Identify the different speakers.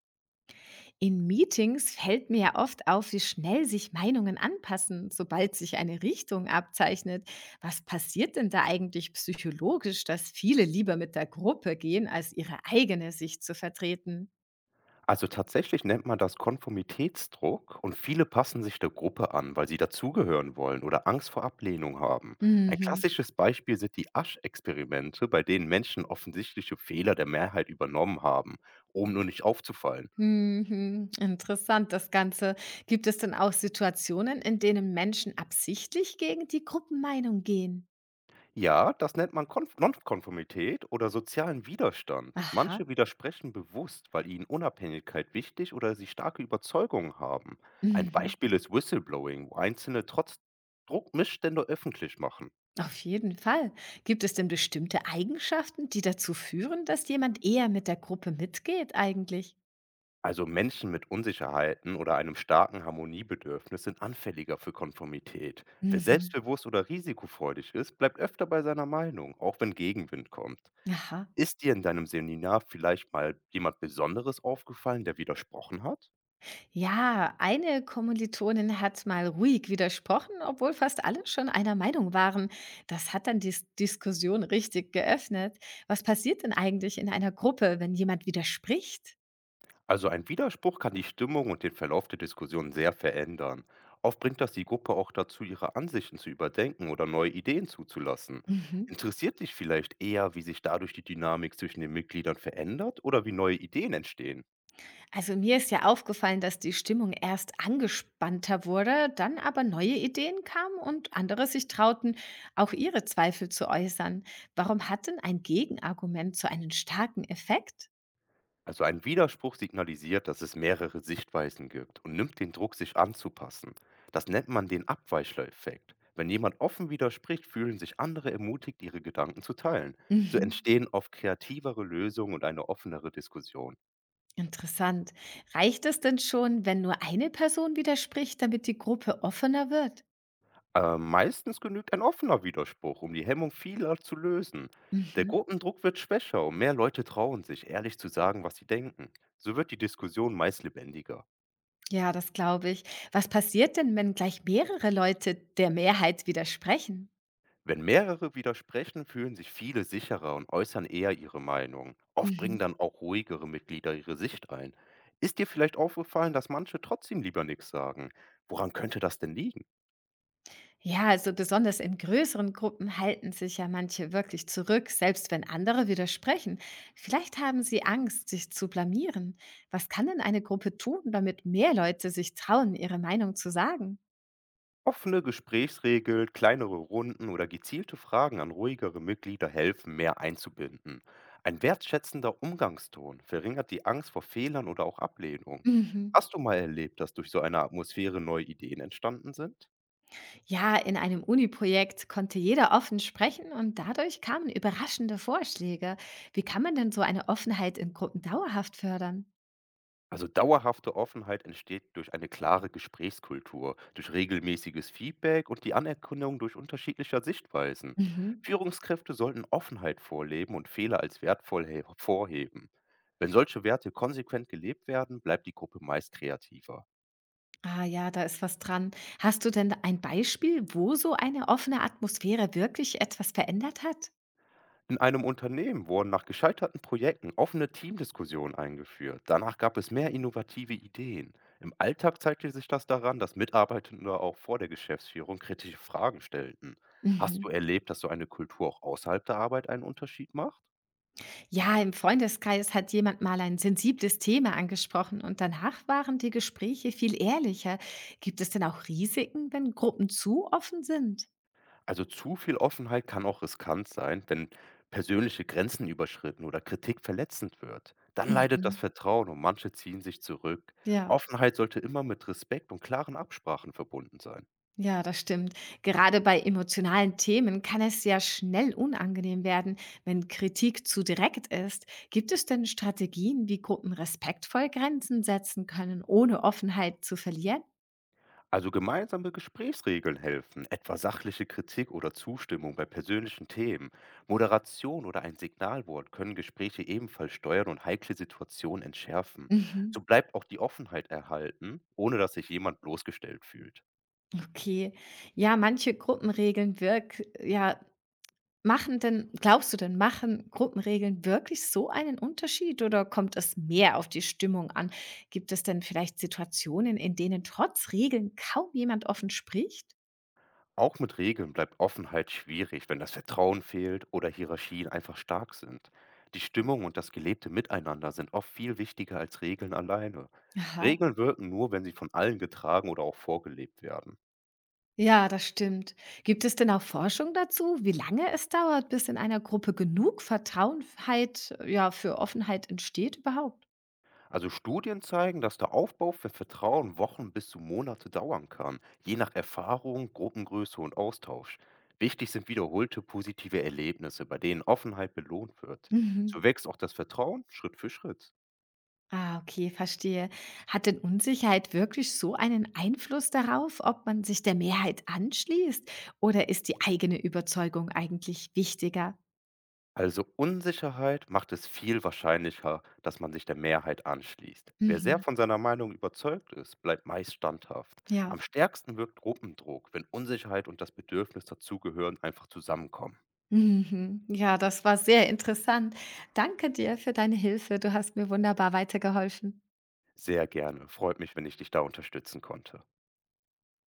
Speaker 1: In Meetings fällt mir ja oft auf, wie schnell sich Meinungen anpassen, sobald sich eine Richtung abzeichnet. Was passiert denn da eigentlich psychologisch, dass viele lieber mit der Gruppe gehen, als ihre eigene Sicht zu vertreten?
Speaker 2: Also tatsächlich nennt man das Konformitätsdruck und viele passen sich der Gruppe an, weil sie dazugehören wollen oder Angst vor Ablehnung haben. Ein
Speaker 1: Mhm.
Speaker 2: klassisches Beispiel sind die Asch-Experimente, bei denen Menschen offensichtliche Fehler der Mehrheit übernommen haben, um nur nicht aufzufallen.
Speaker 1: Mhm. Interessant das Ganze. Gibt es denn auch Situationen, in denen Menschen absichtlich gegen die Gruppenmeinung gehen?
Speaker 2: Ja, das nennt man Konf Nonkonformität oder sozialen Widerstand.
Speaker 1: Aha.
Speaker 2: Manche widersprechen bewusst, weil ihnen Unabhängigkeit wichtig oder sie starke Überzeugungen haben. Ein
Speaker 1: Mhm.
Speaker 2: Beispiel ist Whistleblowing, wo Einzelne trotz Druck Missstände öffentlich machen.
Speaker 1: Auf jeden Fall. Gibt es denn bestimmte Eigenschaften, die dazu führen, dass jemand eher mit der Gruppe mitgeht eigentlich?
Speaker 2: Also Menschen mit Unsicherheiten oder einem starken Harmoniebedürfnis sind anfälliger für Konformität. Wer
Speaker 1: Mhm.
Speaker 2: selbstbewusst oder risikofreudig ist, bleibt öfter bei seiner Meinung, auch wenn Gegenwind kommt.
Speaker 1: Aha.
Speaker 2: Ist dir in deinem Seminar vielleicht mal jemand Besonderes aufgefallen, der widersprochen hat?
Speaker 1: Ja, eine Kommilitonin hat mal ruhig widersprochen, obwohl fast alle schon einer Meinung waren. Das hat dann die Diskussion richtig geöffnet. Was passiert denn eigentlich in einer Gruppe, wenn jemand widerspricht?
Speaker 2: Also ein Widerspruch kann die Stimmung und den Verlauf der Diskussion sehr verändern. Oft bringt das die Gruppe auch dazu, ihre Ansichten zu überdenken oder neue Ideen zuzulassen.
Speaker 1: Mhm.
Speaker 2: Interessiert dich vielleicht eher, wie sich dadurch die Dynamik zwischen den Mitgliedern verändert oder wie neue Ideen entstehen?
Speaker 1: Also mir ist ja aufgefallen, dass die Stimmung erst angespannter wurde, dann aber neue Ideen kamen und andere sich trauten, auch ihre Zweifel zu äußern. Warum hat denn ein Gegenargument so einen starken Effekt?
Speaker 2: Also ein Widerspruch signalisiert, dass es mehrere Sichtweisen gibt und nimmt den Druck, sich anzupassen. Das nennt man den Abweichler-Effekt. Wenn jemand offen widerspricht, fühlen sich andere ermutigt, ihre Gedanken zu teilen. So
Speaker 1: Mhm.
Speaker 2: entstehen oft kreativere Lösungen und eine offenere Diskussion.
Speaker 1: Interessant. Reicht es denn schon, wenn nur eine Person widerspricht, damit die Gruppe offener wird?
Speaker 2: Meistens genügt ein offener Widerspruch, um die Hemmung vieler zu lösen. Der
Speaker 1: Mhm.
Speaker 2: Gruppendruck wird schwächer und mehr Leute trauen sich, ehrlich zu sagen, was sie denken. So wird die Diskussion meist lebendiger.
Speaker 1: Ja, das glaube ich. Was passiert denn, wenn gleich mehrere Leute der Mehrheit widersprechen?
Speaker 2: Wenn mehrere widersprechen, fühlen sich viele sicherer und äußern eher ihre Meinung. Oft bringen
Speaker 1: Mhm.
Speaker 2: dann auch ruhigere Mitglieder ihre Sicht ein. Ist dir vielleicht aufgefallen, dass manche trotzdem lieber nichts sagen? Woran könnte das denn liegen?
Speaker 1: Ja, also besonders in größeren Gruppen halten sich ja manche wirklich zurück, selbst wenn andere widersprechen. Vielleicht haben sie Angst, sich zu blamieren. Was kann denn eine Gruppe tun, damit mehr Leute sich trauen, ihre Meinung zu sagen?
Speaker 2: Offene Gesprächsregeln, kleinere Runden oder gezielte Fragen an ruhigere Mitglieder helfen, mehr einzubinden. Ein wertschätzender Umgangston verringert die Angst vor Fehlern oder auch Ablehnung.
Speaker 1: Mhm.
Speaker 2: Hast du mal erlebt, dass durch so eine Atmosphäre neue Ideen entstanden sind?
Speaker 1: Ja, in einem Uni-Projekt konnte jeder offen sprechen, und dadurch kamen überraschende Vorschläge. Wie kann man denn so eine Offenheit in Gruppen dauerhaft fördern?
Speaker 2: Also dauerhafte Offenheit entsteht durch eine klare Gesprächskultur, durch regelmäßiges Feedback und die Anerkennung durch unterschiedlicher Sichtweisen.
Speaker 1: Mhm.
Speaker 2: Führungskräfte sollten Offenheit vorleben und Fehler als wertvoll hervorheben. Wenn solche Werte konsequent gelebt werden, bleibt die Gruppe meist kreativer.
Speaker 1: Ah ja, da ist was dran. Hast du denn ein Beispiel, wo so eine offene Atmosphäre wirklich etwas verändert hat?
Speaker 2: In einem Unternehmen wurden nach gescheiterten Projekten offene Teamdiskussionen eingeführt. Danach gab es mehr innovative Ideen. Im Alltag zeigte sich das daran, dass Mitarbeitende auch vor der Geschäftsführung kritische Fragen stellten. Hast
Speaker 1: Mhm.
Speaker 2: du erlebt, dass so eine Kultur auch außerhalb der Arbeit einen Unterschied macht?
Speaker 1: Ja, im Freundeskreis hat jemand mal ein sensibles Thema angesprochen, und danach waren die Gespräche viel ehrlicher. Gibt es denn auch Risiken, wenn Gruppen zu offen sind?
Speaker 2: Also zu viel Offenheit kann auch riskant sein, wenn persönliche Grenzen überschritten oder Kritik verletzend wird. Dann leidet das
Speaker 1: Mhm.
Speaker 2: Vertrauen und manche ziehen sich zurück.
Speaker 1: Ja.
Speaker 2: Offenheit sollte immer mit Respekt und klaren Absprachen verbunden sein.
Speaker 1: Ja, das stimmt. Gerade bei emotionalen Themen kann es sehr schnell unangenehm werden, wenn Kritik zu direkt ist. Gibt es denn Strategien, wie Gruppen respektvoll Grenzen setzen können, ohne Offenheit zu verlieren?
Speaker 2: Also gemeinsame Gesprächsregeln helfen, etwa sachliche Kritik oder Zustimmung bei persönlichen Themen, Moderation oder ein Signalwort können Gespräche ebenfalls steuern und heikle Situationen entschärfen.
Speaker 1: Mhm.
Speaker 2: So bleibt auch die Offenheit erhalten, ohne dass sich jemand bloßgestellt fühlt.
Speaker 1: Okay. Ja, manche Gruppenregeln wirk ja, machen denn, glaubst du, machen Gruppenregeln wirklich so einen Unterschied, oder kommt es mehr auf die Stimmung an? Gibt es denn vielleicht Situationen, in denen trotz Regeln kaum jemand offen spricht?
Speaker 2: Auch mit Regeln bleibt Offenheit schwierig, wenn das Vertrauen fehlt oder Hierarchien einfach stark sind. Die Stimmung und das gelebte Miteinander sind oft viel wichtiger als Regeln alleine. Regeln wirken nur, wenn sie von allen getragen oder auch vorgelebt werden.
Speaker 1: Ja, das stimmt. Gibt es denn auch Forschung dazu, wie lange es dauert, bis in einer Gruppe genug Vertrauenheit, ja, für Offenheit entsteht überhaupt?
Speaker 2: Also Studien zeigen, dass der Aufbau für Vertrauen Wochen bis zu Monate dauern kann, je nach Erfahrung, Gruppengröße und Austausch. Wichtig sind wiederholte positive Erlebnisse, bei denen Offenheit belohnt wird. So
Speaker 1: Mhm.
Speaker 2: wächst auch das Vertrauen Schritt für Schritt.
Speaker 1: Ah, okay, verstehe. Hat denn Unsicherheit wirklich so einen Einfluss darauf, ob man sich der Mehrheit anschließt? Oder ist die eigene Überzeugung eigentlich wichtiger?
Speaker 2: Also Unsicherheit macht es viel wahrscheinlicher, dass man sich der Mehrheit anschließt. Wer sehr
Speaker 1: Mhm.
Speaker 2: von seiner Meinung überzeugt ist, bleibt meist standhaft.
Speaker 1: Ja.
Speaker 2: Am stärksten wirkt Gruppendruck, wenn Unsicherheit und das Bedürfnis dazugehören einfach zusammenkommen.
Speaker 1: Mhm. Ja, das war sehr interessant. Danke dir für deine Hilfe. Du hast mir wunderbar weitergeholfen.
Speaker 2: Sehr gerne. Freut mich, wenn ich dich da unterstützen konnte.